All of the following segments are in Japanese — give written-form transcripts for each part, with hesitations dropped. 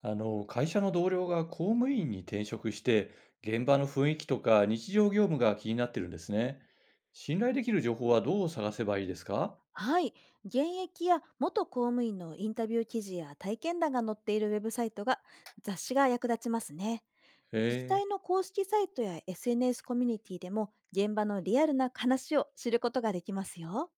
会社の同僚が公務員に転職して、現場の雰囲気とか日常業務が気になってるんですね。信頼できる情報はどう探せばいいですか？はい。現役や元公務員のインタビュー記事や体験談が載っているウェブサイトが雑誌が役立ちますね。自治へえ、体の公式サイトや SNS コミュニティでも現場のリアルな話を知ることができますよ。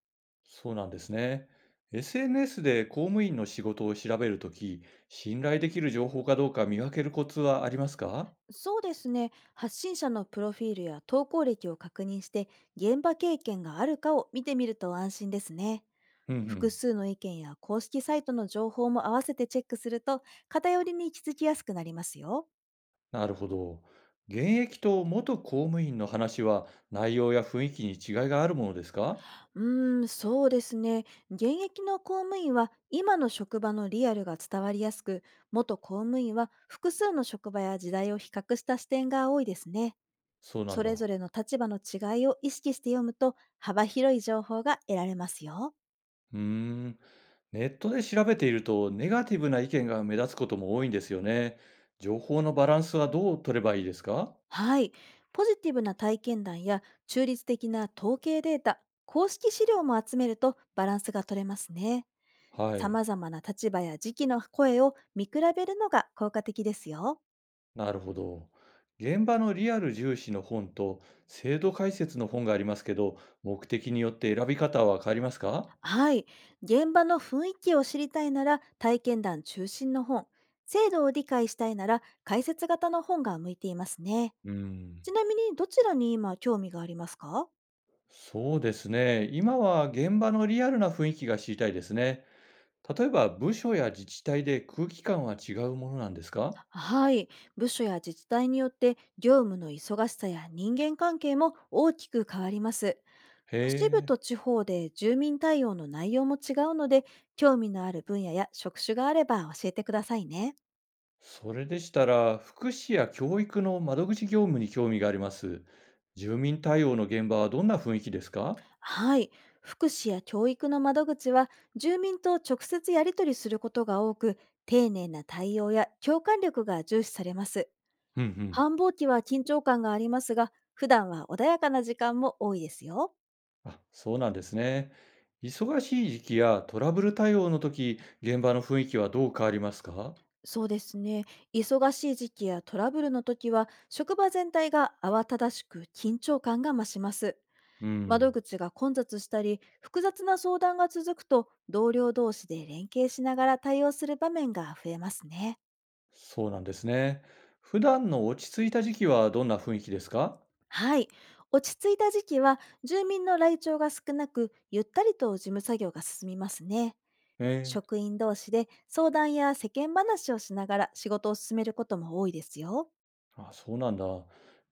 そうなんですね。SNS で公務員の仕事を調べるとき、信頼できる情報かどうか見分けるコツはありますか？そうですね。発信者のプロフィールや投稿歴を確認して、現場経験があるかを見てみると安心ですね。うんう複ん、数の意見や公式サイトの情報も合わせてチェックすると、偏りに気づきやすくなりますよ。なるほど。現役と元公務員の話は内容や雰囲気に違いがあるものですか？うーん、そうですね。現役の公務員は今の職場のリアルが伝わりやすく、元公務員は複数の職場や時代を比較した視点が多いですね。そうなんそだ。れぞれの立場の違いを意識して読むと、幅広い情報が得られますよ。うーん、ネットで調べていると、ネガティブな意見が目立つことも多いんですよね。情報のバランスはどう取ればいいですか？はい。ポジティブな体験談や中立的な統計データ、公式資料も集めるとバランスが取れますね。はい、様々な立場や時期の声を見比べるのが効果的ですよ。なるほど。現場のリアル重視の本と制度解説の本がありますけど、目的によって選び方は変わりますか？はい。現場の雰囲気を知りたいなら体験談中心の本、制度を理解したいなら解説型の本が向いていますね。うん、ちなみに、どちらに今興味がありますか？そうですね。今は現場のリアルな雰囲気が知りたいですね。例えば部署や自治体で空気感は違うものなんですか？はい。部署や自治体によって業務の忙しさや人間関係も大きく変わります。へ都市部とえ。地方で住民対応の内容も違うので、興味のある分野や職種があれば教えてくださいね。それでしたら、福祉や教育の窓口業務に興味があります。住民対応の現場はどんな雰囲気ですか？はい。福祉や教育の窓口は、住民と直接やり取りすることが多く、丁寧な対応や共感力が重視されます。うんうん。繁忙期は緊張感がありますが、普段は穏やかな時間も多いですよ。あ、そうなんですね。忙しい時期やトラブル対応の時、現場の雰囲気はどう変わりますか？そうですね。忙しい時期やトラブルの時は、職場全体が慌ただしく、緊張感が増します。う窓ん。口が混雑したり、複雑な相談が続くと、同僚同士で連携しながら対応する場面が増えますね。そうなんですね。普段の落ち着いた時期はどんな雰囲気ですか？はい。落ち着いた時期は、住民の来庁が少なく、ゆったりと事務作業が進みますね。ええ。職員同士で相談や世間話をしながら仕事を進めることも多いですよ。あ、そうなんだ。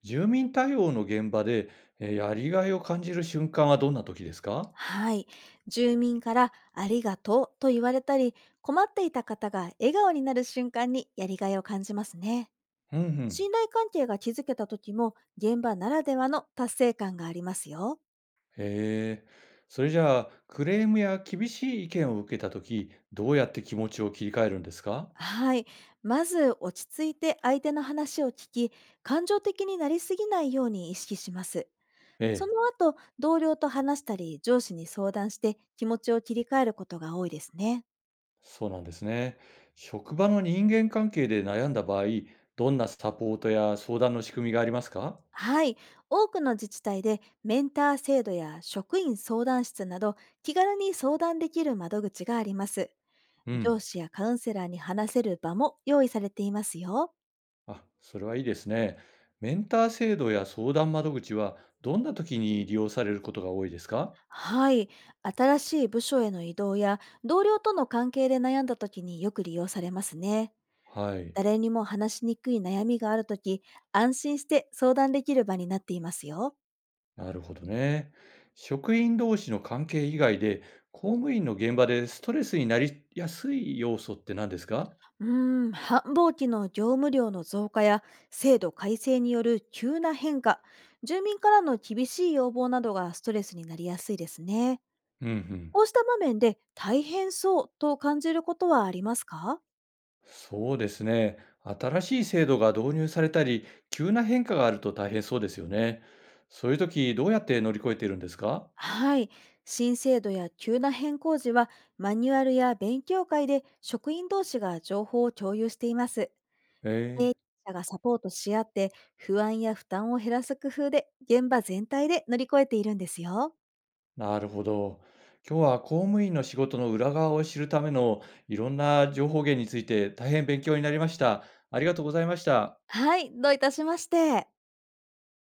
住民対応の現場で、やりがいを感じる瞬間はどんな時ですか？はい。住民からありがとうと言われたり、困っていた方が笑顔になる瞬間にやりがいを感じますね。うんうん。信頼関係が築けた時も、現場ならではの達成感がありますよ。へえ。それじゃあ、クレームや厳しい意見を受けたとき、どうやって気持ちを切り替えるんですか？はい。まず落ち着いて相手の話を聞き、感情的になりすぎないように意識します。えそえ、の後、同僚と話したり、上司に相談して気持ちを切り替えることが多いですね。そうなんですね。職場の人間関係で悩んだ場合、どんなサポートや相談の仕組みがありますか？はい。多くの自治体でメンター制度や職員相談室など、気軽に相談できる窓口があります。う上ん。司やカウンセラーに話せる場も用意されていますよ。あ、それはいいですね。メンター制度や相談窓口は、どんな時に利用されることが多いですか？はい。新しい部署への移動や同僚との関係で悩んだ時によく利用されますね。はい。誰にも話しにくい悩みがある時、安心して相談できる場になっていますよ。なるほどね。職員同士の関係以外で、公務員の現場でストレスになりやすい要素って何ですか？うーん、繁忙期の業務量の増加や制度改正による急な変化、住民からの厳しい要望などがストレスになりやすいですね。うんうん。こうした場面で大変そうと感じることはありますか？そうですね。新しい制度が導入されたり、急な変化があると大変そうですよね。そういう時、どうやって乗り越えているんですか？はい。新制度や急な変更時は、マニュアルや勉強会で職員同士が情報を共有しています。え経営え。者がサポートし合って、不安や負担を減らす工夫で、現場全体で乗り越えているんですよ。なるほど。今日は公務員の仕事の裏側を知るためのいろんな情報源について大変勉強になりました。ありがとうございました。はい、どういたしまして。